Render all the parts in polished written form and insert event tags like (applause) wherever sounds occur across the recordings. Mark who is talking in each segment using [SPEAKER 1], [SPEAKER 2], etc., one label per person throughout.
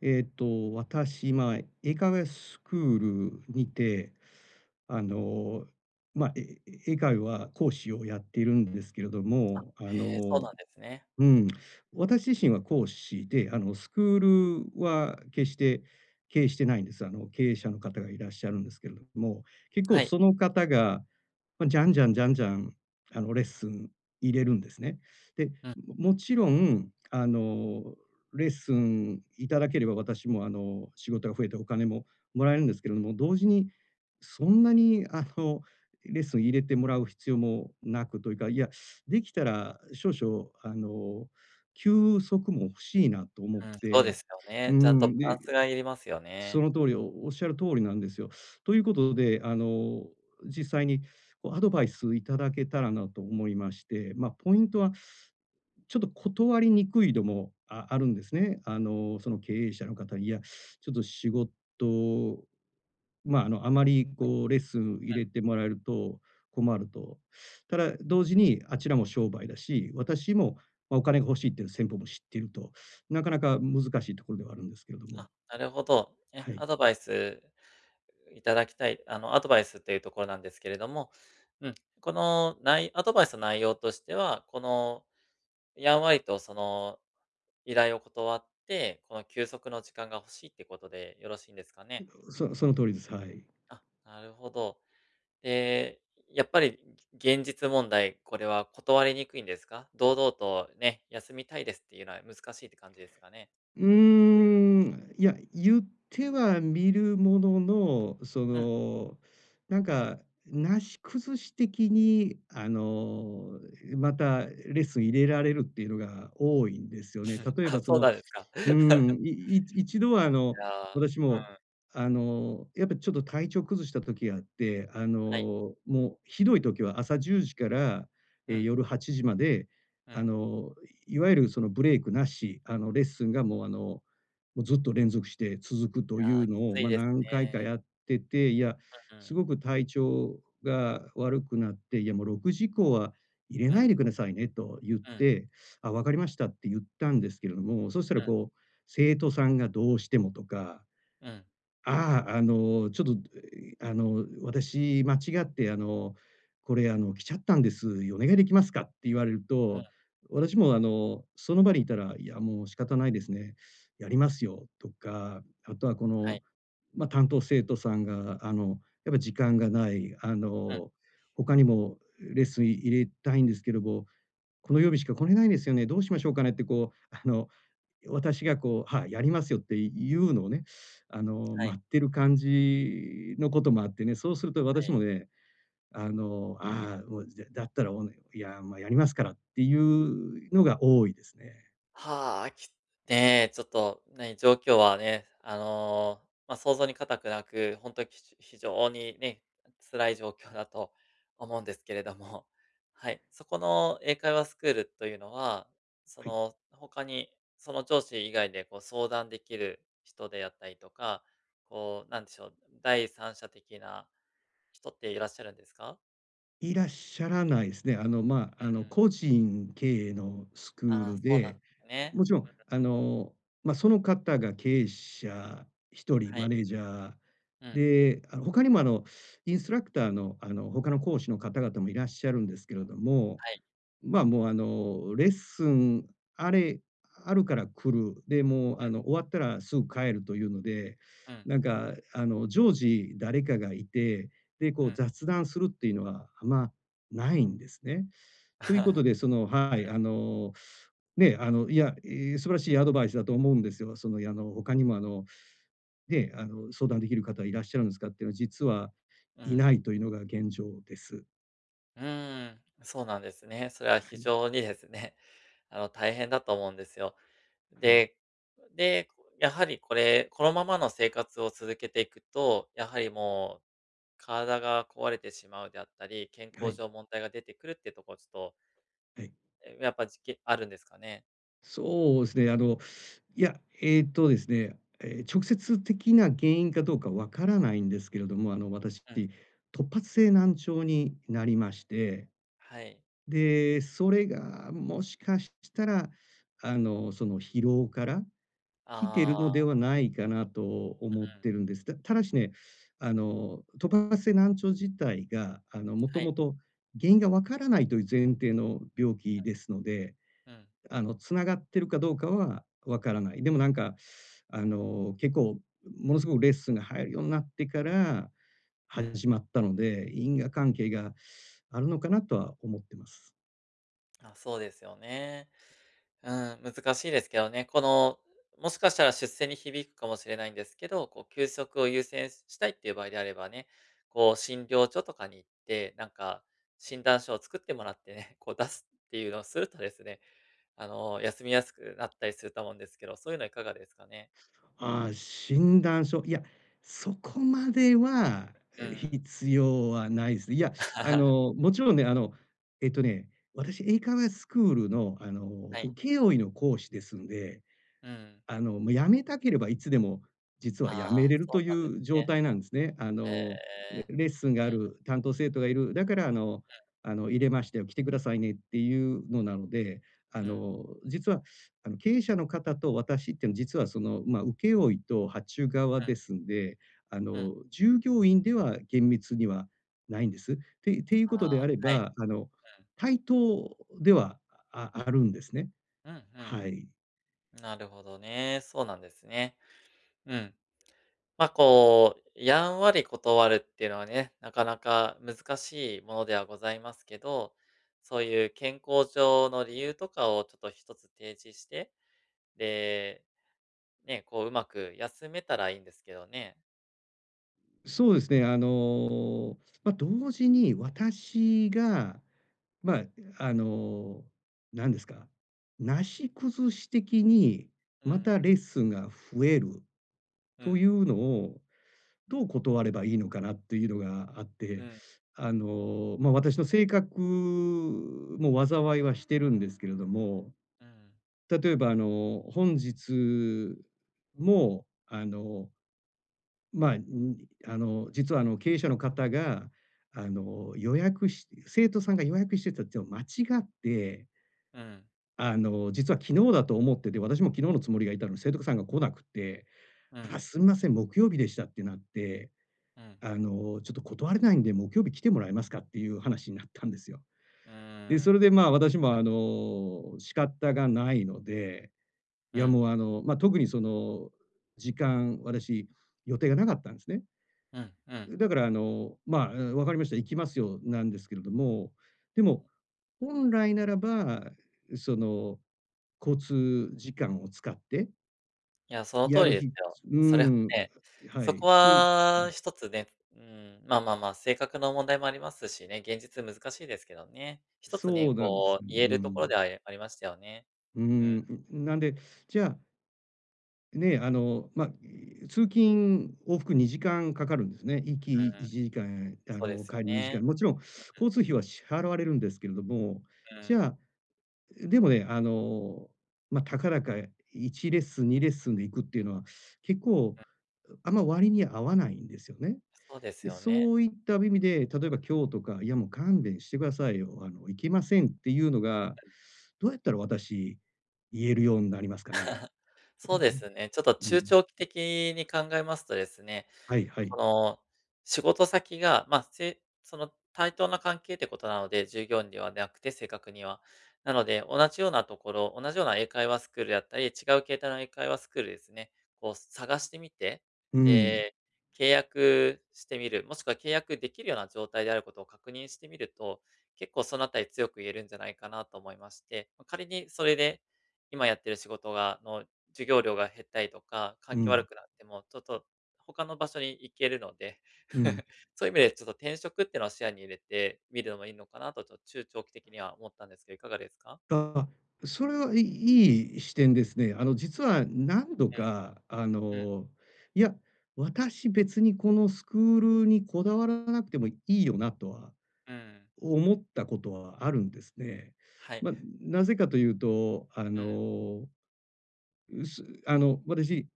[SPEAKER 1] 私、英会話スクールにて、あの、まあ、え英会話講師をやっているんですけれども、
[SPEAKER 2] へえ、そうなんですね。
[SPEAKER 1] うん、私自身は講師で、スクールは決して経営してないんです。経営者の方がいらっしゃるんですけれども、結構
[SPEAKER 2] はい。
[SPEAKER 1] その方が、じゃんじゃんじゃんじゃん、レッスン入れるんですね。で、
[SPEAKER 2] うん
[SPEAKER 1] もちろん、レッスンいただければ私も、仕事が増えてお金ももらえるんですけれども、同時にそんなに、レッスン入れてもらう必要もなくというか、いや、できたら少々、休息も欲しいなと思っ
[SPEAKER 2] うん、そうで
[SPEAKER 1] て、
[SPEAKER 2] すよ
[SPEAKER 1] う
[SPEAKER 2] ね。ちゃんと
[SPEAKER 1] ん、
[SPEAKER 2] バラ
[SPEAKER 1] で、
[SPEAKER 2] ンスがいりますよ
[SPEAKER 1] そ
[SPEAKER 2] ね。
[SPEAKER 1] の通り、おおっしゃる通りなんですよ。ということで、実際にこうアドバイスいただけたらなと思いまして、まあ、ポイントは、ちょっと断りにくいのもああるんですね。その経営者の方に、いや、ちょっと仕事まあ、あまりこうレッスン入れてもらえると困ると。ただ同時にあちらも商売だし、私も、ま、お金が欲しいっていう先方も知ってると、なかなか難しいところではあるんですけれども、
[SPEAKER 2] あ、なるほど。え、
[SPEAKER 1] はい。
[SPEAKER 2] アドバイスいただきたい、アドバイスっていうところなんですけれども、うん、この内アドバイスの内容としては、この、やんわりとその依頼を断って、この休息の時間が欲しいってことでよろしいんですかね？
[SPEAKER 1] その通りです。はい。
[SPEAKER 2] あ、なるほど。ええ、やっぱり、現実問題、これは断りにくいんですか？堂々とね、休みたいですっていうのは難しいって感じですかね？
[SPEAKER 1] うーん、いや、言ってはみるものの、そ
[SPEAKER 2] うん。
[SPEAKER 1] の、なんか、なし崩し的に、またレッスン入れられるっていうのが多いんですよね。例え
[SPEAKER 2] (laughs) あ、
[SPEAKER 1] ばそ
[SPEAKER 2] そう
[SPEAKER 1] の
[SPEAKER 2] なんですか。
[SPEAKER 1] う
[SPEAKER 2] (laughs)
[SPEAKER 1] ーん、いい一度はあ
[SPEAKER 2] い
[SPEAKER 1] の、
[SPEAKER 2] や、
[SPEAKER 1] 私
[SPEAKER 2] うん、
[SPEAKER 1] も、
[SPEAKER 2] は
[SPEAKER 1] やっぱちょっと体調崩した時があって、
[SPEAKER 2] い。
[SPEAKER 1] もうひどい時は朝10時から、
[SPEAKER 2] うん、
[SPEAKER 1] 夜8時まで、
[SPEAKER 2] う
[SPEAKER 1] あ
[SPEAKER 2] ん。
[SPEAKER 1] の、いわゆるそのブレイクなし、あのレッスンがもうあの、もうずっと連続して続く
[SPEAKER 2] い
[SPEAKER 1] という
[SPEAKER 2] や、き
[SPEAKER 1] のを、
[SPEAKER 2] つい
[SPEAKER 1] ま、
[SPEAKER 2] です
[SPEAKER 1] 何回か
[SPEAKER 2] ね。
[SPEAKER 1] やってて、いや、
[SPEAKER 2] う
[SPEAKER 1] す
[SPEAKER 2] ん、
[SPEAKER 1] ごく体調が悪くなって、いやもう6時以降は入れ
[SPEAKER 2] う
[SPEAKER 1] な
[SPEAKER 2] ん、
[SPEAKER 1] いでくださいねと言っ
[SPEAKER 2] うん、うん、
[SPEAKER 1] て、あ、わかりましたって言ったんですけれども、そしたらこう生徒さんがどうしてもとか、
[SPEAKER 2] うん、
[SPEAKER 1] ああ、あの、ちょっと、あの、私間違って、あの、これ、あの、来ちゃったんです、お願いできますかって言われる
[SPEAKER 2] うん、
[SPEAKER 1] と、私も、その場にいたら、いや、もう仕方ないですね、やりますよとか、あとはこ
[SPEAKER 2] は
[SPEAKER 1] の、
[SPEAKER 2] い、
[SPEAKER 1] ま、担当生徒さんが、やっぱ時間がない、
[SPEAKER 2] うん、
[SPEAKER 1] 他にもレッスン入れたいんですけども、この曜日しか来れないんですよね、どうしましょうかねってこう、私がこう、はい、やりますよっていうのをね、
[SPEAKER 2] は
[SPEAKER 1] 待
[SPEAKER 2] い、
[SPEAKER 1] ってる感じのこともあってね、そうすると
[SPEAKER 2] は
[SPEAKER 1] 私
[SPEAKER 2] い。
[SPEAKER 1] もね、あの、ああ、もう、だだったら、おねいや、まあ、やりますからっていうのが多いですね。
[SPEAKER 2] はあ、きねえ、ちょっと、ね、状況はね、まあ、想像に難くなく、本当にきち非常にね、辛い状況だと思うんですけれども、(laughs) はい、そこの英会話スクールというのは、そ
[SPEAKER 1] はい。
[SPEAKER 2] の、他に、その上司以外でこう相談できる人であったりとか、こう、なんでしょう、第三者的な人っていらっしゃるんですか？
[SPEAKER 1] いらっしゃらないですね。
[SPEAKER 2] うん。
[SPEAKER 1] 個人経営のスクー
[SPEAKER 2] ああ、
[SPEAKER 1] ル
[SPEAKER 2] そうなん
[SPEAKER 1] で、
[SPEAKER 2] ですね。
[SPEAKER 1] もちろ
[SPEAKER 2] う
[SPEAKER 1] ん、
[SPEAKER 2] んうん。
[SPEAKER 1] まあ、その方が経営者1人、
[SPEAKER 2] は
[SPEAKER 1] マ
[SPEAKER 2] い。
[SPEAKER 1] ネージャー
[SPEAKER 2] うん。
[SPEAKER 1] で、他にも、インストラクターの、他の講師の方々もいらっしゃるんですけれども、
[SPEAKER 2] はい。
[SPEAKER 1] まあ、もう、レッスンあれあるから来る、で、もう、終わったらすぐ帰るというので、
[SPEAKER 2] うん。うん。
[SPEAKER 1] なんか、常時誰かがいて、で、こ
[SPEAKER 2] う
[SPEAKER 1] う、
[SPEAKER 2] ん。
[SPEAKER 1] 雑談するっていうのは、あんまないんですね。ということで、
[SPEAKER 2] (laughs)
[SPEAKER 1] その、はい、いや、素晴らしいアドバイスだと思うんですよ。その、他にも、相談できる方いらっしゃるんですかっていうのは、実は
[SPEAKER 2] う
[SPEAKER 1] い
[SPEAKER 2] ん。
[SPEAKER 1] ないというのが現状です。
[SPEAKER 2] (laughs) うーん、そうなんですね。それは
[SPEAKER 1] は
[SPEAKER 2] 非
[SPEAKER 1] い。
[SPEAKER 2] 常にですね、(laughs) 大変だと思うんですよ。
[SPEAKER 1] はい。
[SPEAKER 2] で、で、やはりこれ、このままの生活を続けていくと、やはりもう体が壊れてしまうであったり、健
[SPEAKER 1] は
[SPEAKER 2] 康
[SPEAKER 1] い。
[SPEAKER 2] 上問題が出てくるってとこ、ちょっと、
[SPEAKER 1] はい。
[SPEAKER 2] え、やっぱじけあるんですかね？
[SPEAKER 1] そうですね、いや、ですね、えー直接的な原因かどうかわからないんですけれども、私、
[SPEAKER 2] うん、
[SPEAKER 1] 突発性難聴になりまして、
[SPEAKER 2] はい。
[SPEAKER 1] で、それがもしかしたら、その疲労から
[SPEAKER 2] あ
[SPEAKER 1] 来てるので
[SPEAKER 2] あ、
[SPEAKER 1] はないかなと思っ
[SPEAKER 2] うん、
[SPEAKER 1] てるんです。ただしね、突発性難聴自体が、もと
[SPEAKER 2] は
[SPEAKER 1] も
[SPEAKER 2] い。
[SPEAKER 1] と原因がわからないという前提の病気ですので、
[SPEAKER 2] うん、
[SPEAKER 1] 繋がってるかどうかはわからない。でもなんか、結構ものすごくレッスンが入るようになってから
[SPEAKER 2] うん。
[SPEAKER 1] 始まったので、因果関係があるのかなとは思ってます。
[SPEAKER 2] あ、そうですよね。うん、難しいですけどね。この、もしかしたら出世に響くかもしれないんですけど、こう休息を優先したいっていう場合であればね、こう診療所とかに行って、なんか診断書を作ってもらってね、(laughs) こう出すっていうのをするとですね、休みやすくなったりすると思うんですけど、そういうのいかがですかね？
[SPEAKER 1] ああ、診断書、いや、そこまでは、
[SPEAKER 2] うん。
[SPEAKER 1] 必要はないすね。いや、
[SPEAKER 2] (laughs)
[SPEAKER 1] もちろんね、ね、私英会話スクールの、
[SPEAKER 2] はい。
[SPEAKER 1] 請負の講師ですんで、
[SPEAKER 2] うん。
[SPEAKER 1] もう辞めたければいつでも実は
[SPEAKER 2] あ
[SPEAKER 1] 辞め
[SPEAKER 2] あ、
[SPEAKER 1] れる
[SPEAKER 2] そう
[SPEAKER 1] とい
[SPEAKER 2] なんです
[SPEAKER 1] う状
[SPEAKER 2] ね。
[SPEAKER 1] 態なんですね。
[SPEAKER 2] ええ。
[SPEAKER 1] レッスンが
[SPEAKER 2] う
[SPEAKER 1] あ
[SPEAKER 2] んうん。
[SPEAKER 1] る、担当生徒がいる、だから入れましたよ、来てくださいねっていうのなので、あ
[SPEAKER 2] うん。
[SPEAKER 1] の、実はあの、経営者の方と私っていうのは実はその、まあ、請負と発注側
[SPEAKER 2] う
[SPEAKER 1] で
[SPEAKER 2] ん。
[SPEAKER 1] すんで、
[SPEAKER 2] うん。
[SPEAKER 1] 従業員では厳密にはないんです。ていう
[SPEAKER 2] あ
[SPEAKER 1] ことであ
[SPEAKER 2] あ、
[SPEAKER 1] れ
[SPEAKER 2] はい。
[SPEAKER 1] ば、
[SPEAKER 2] うん。
[SPEAKER 1] 対等ではあるんですね。
[SPEAKER 2] うんうん。
[SPEAKER 1] はい。
[SPEAKER 2] なるほどね。そうなんですね。うん。ま、こう、やんわり断るっていうのはね、なかなか難しいものではございますけど、そういう健康上の理由とかをちょっと一つ提示して、で、ね、こううまく休めたらいいんですけどね。
[SPEAKER 1] そうですね、まあ、同時に私が、まあ、あの、なですか、なし崩し的に
[SPEAKER 2] う
[SPEAKER 1] また
[SPEAKER 2] ん、
[SPEAKER 1] レッスンが増える
[SPEAKER 2] う
[SPEAKER 1] とい
[SPEAKER 2] ん、
[SPEAKER 1] うのを、どう断ればいいのかなっていうのがあっ
[SPEAKER 2] う
[SPEAKER 1] て、
[SPEAKER 2] ん、
[SPEAKER 1] まあ、私の性格も災いはしてるんですけれども、
[SPEAKER 2] うん、
[SPEAKER 1] 例えばあの、本日も、あのまあ、にあの、実はあの、経営者の方が、あの、予約し生徒さんが予約してたっていうのを間違って、
[SPEAKER 2] うん、
[SPEAKER 1] 実は昨日だと思ってて、私も昨日のつもりがいたのに、生徒さんが来なくて、
[SPEAKER 2] うん、
[SPEAKER 1] 「あ、すみません、木曜日でした」ってなって、
[SPEAKER 2] うん、
[SPEAKER 1] 「ちょっと断れないんで、木曜日来てもらえますか？」っていう話になったんですよ。
[SPEAKER 2] う
[SPEAKER 1] で、そ
[SPEAKER 2] ん、
[SPEAKER 1] れで、まあ、私もあの、仕方がないので、い
[SPEAKER 2] う
[SPEAKER 1] や、
[SPEAKER 2] ん、
[SPEAKER 1] もうあの、まあ、特にその時間、私、予定がなかったんですね。
[SPEAKER 2] うん、うん。
[SPEAKER 1] だからあの、まあ、「分かりました、行きますよ」なんですけれども、でも、本来ならば、その、交通時間を使って
[SPEAKER 2] いや、その
[SPEAKER 1] や
[SPEAKER 2] 通り
[SPEAKER 1] る
[SPEAKER 2] です
[SPEAKER 1] 日
[SPEAKER 2] よ。
[SPEAKER 1] う
[SPEAKER 2] それは
[SPEAKER 1] ん、
[SPEAKER 2] ね、
[SPEAKER 1] は
[SPEAKER 2] そ
[SPEAKER 1] い、
[SPEAKER 2] こ
[SPEAKER 1] つ
[SPEAKER 2] は一つね、うん、まあまあまあ、性格の問題もありますしね、現実難しいですけどね。一つ
[SPEAKER 1] そ
[SPEAKER 2] ね、
[SPEAKER 1] うなんです。
[SPEAKER 2] こ
[SPEAKER 1] う
[SPEAKER 2] う言えるところ
[SPEAKER 1] ん。
[SPEAKER 2] ではありましたよね。
[SPEAKER 1] う
[SPEAKER 2] うんう
[SPEAKER 1] なんで、じゃあ、ね、通勤往復2時間かかるんですね。行き
[SPEAKER 2] ん。
[SPEAKER 1] 1時間、
[SPEAKER 2] そうです
[SPEAKER 1] 帰
[SPEAKER 2] よ
[SPEAKER 1] り2
[SPEAKER 2] ね。
[SPEAKER 1] 時間。もちろん交通費は支払われるんですけれども、
[SPEAKER 2] うんう
[SPEAKER 1] じゃ
[SPEAKER 2] ん。
[SPEAKER 1] あでもね、まあ、たかだか1レッスン、2レッスンで行くっていうのは、結構、
[SPEAKER 2] うん。
[SPEAKER 1] あんま割に合わないんですよね。
[SPEAKER 2] そうです
[SPEAKER 1] で、
[SPEAKER 2] よ
[SPEAKER 1] そ
[SPEAKER 2] ね。
[SPEAKER 1] ういった意味で、例えば今日とか、「いや、もう勘弁してくださいよ、あの、行けません」っていうのが、どうやったら私、言えるようになりますかね？
[SPEAKER 2] そうですね。ちょっと
[SPEAKER 1] う
[SPEAKER 2] 中
[SPEAKER 1] ん。
[SPEAKER 2] 長期的に考えますとですね、
[SPEAKER 1] はいはい。
[SPEAKER 2] この、仕事先が、まあ、せその、対等な関係ってことなので、従業員ではなくて正確には。なので、同じようなところ、同じような英会話スクールだったり、違う形態の英会話スクールですね、こう探してみて、
[SPEAKER 1] うん、
[SPEAKER 2] で、契約してみる、もしくは契約できるような状態であることを確認してみると、結構そのあたり強く言えるんじゃないかなと思いまして、ま、仮にそれで今やってる仕事がの授業料が減ったりとか、
[SPEAKER 1] う
[SPEAKER 2] 環境
[SPEAKER 1] ん、
[SPEAKER 2] 悪くなっても、ちょっと他の場所に行けるので、
[SPEAKER 1] うん。
[SPEAKER 2] (laughs) そういう意味でちょっと転職っていうのを視野に入れてみるのもいいのかなと、ちょっと中長期的には思ったんですけど、いかがですか？
[SPEAKER 1] あ、それは、い視点ですね。実は何度
[SPEAKER 2] うん、
[SPEAKER 1] か、
[SPEAKER 2] うん、
[SPEAKER 1] いや、私別にこのスクールにこだわらなくてもいいよなとは
[SPEAKER 2] うん
[SPEAKER 1] 思ったことはあるんですね。
[SPEAKER 2] はい。
[SPEAKER 1] ま、なぜかというと、
[SPEAKER 2] うん。
[SPEAKER 1] あの、私、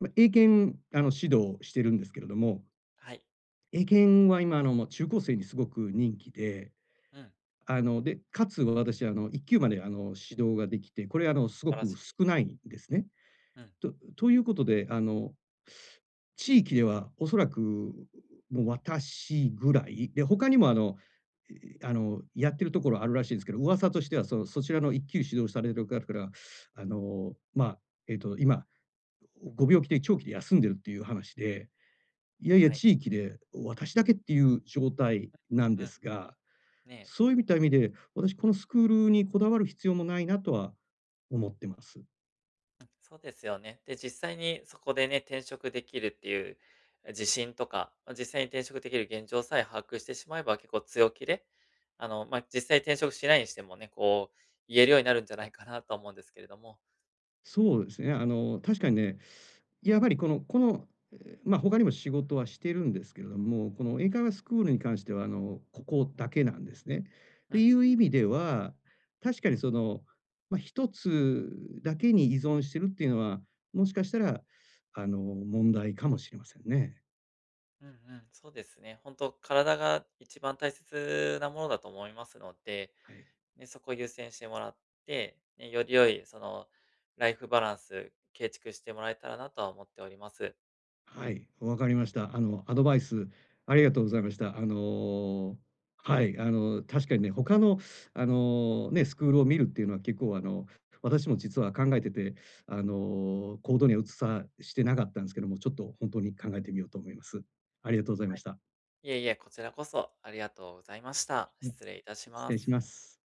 [SPEAKER 1] ま、英検、指導してるんですけれども、
[SPEAKER 2] はい。
[SPEAKER 1] 英検は今、もう中高生にすごく人気で、
[SPEAKER 2] うん。
[SPEAKER 1] で、かつ私、1級まで、指導ができて、これ、
[SPEAKER 2] あ。
[SPEAKER 1] す
[SPEAKER 2] 素
[SPEAKER 1] ご
[SPEAKER 2] 晴ら
[SPEAKER 1] く
[SPEAKER 2] しい。
[SPEAKER 1] 少ないんですね。
[SPEAKER 2] うん、
[SPEAKER 1] ということで、地域ではおそらく、もう私ぐらい、で、他にも、あの、え、あの、やってるところあるらしいんですけど、噂としては、そちらの1級指導されてる方から、あの、まあ、今、ご病気で長期で休んでるっていう話で、いやいや、
[SPEAKER 2] はい。
[SPEAKER 1] 地域で私だけっていう状態なん
[SPEAKER 2] う
[SPEAKER 1] で
[SPEAKER 2] ん。
[SPEAKER 1] すが、
[SPEAKER 2] ねえ、
[SPEAKER 1] そういった意味で、私このスクールにこだわる必要もないなとは思ってます。
[SPEAKER 2] そうですよね。で、実際にそこでね、転職できるっていう自信とか、ま実際に転職できる現状さえ把握してしまえば、結構強気で、まあ、実際転職しないにしてもね、こう言えるようになるんじゃないかなと思うんですけれども。
[SPEAKER 1] そうですね、確かにね、やはりこの、まあ、他にも仕事はしてるんですけれども、この英会話スクールに関しては、ここだけなんですね。っ
[SPEAKER 2] う
[SPEAKER 1] て
[SPEAKER 2] ん。
[SPEAKER 1] いう意味では、確かにその、まあ、一つだけに依存してるっていうのは、もしかしたら、問題かもしれませんね。
[SPEAKER 2] うんうん、そうですね。本当体が一番大切なものだと思いますので、
[SPEAKER 1] はい。
[SPEAKER 2] ね、そこを優先してもらって、ね、より良いそのライフバランス構築してもらえたらなとは思っております。
[SPEAKER 1] はい、分かりました。アドバイスありがとうございました。確かにね、他のスクールを見るっていうのは結構、私も実は考えてて、行動には移さしてなかったんですけども、ちょっと本当に考えてみようと思います。ありがとうございました。
[SPEAKER 2] いえいえ、こちらこそありがとうございました。
[SPEAKER 1] ね。
[SPEAKER 2] 失礼いたし
[SPEAKER 1] 失
[SPEAKER 2] ま
[SPEAKER 1] 礼し
[SPEAKER 2] す。
[SPEAKER 1] ます。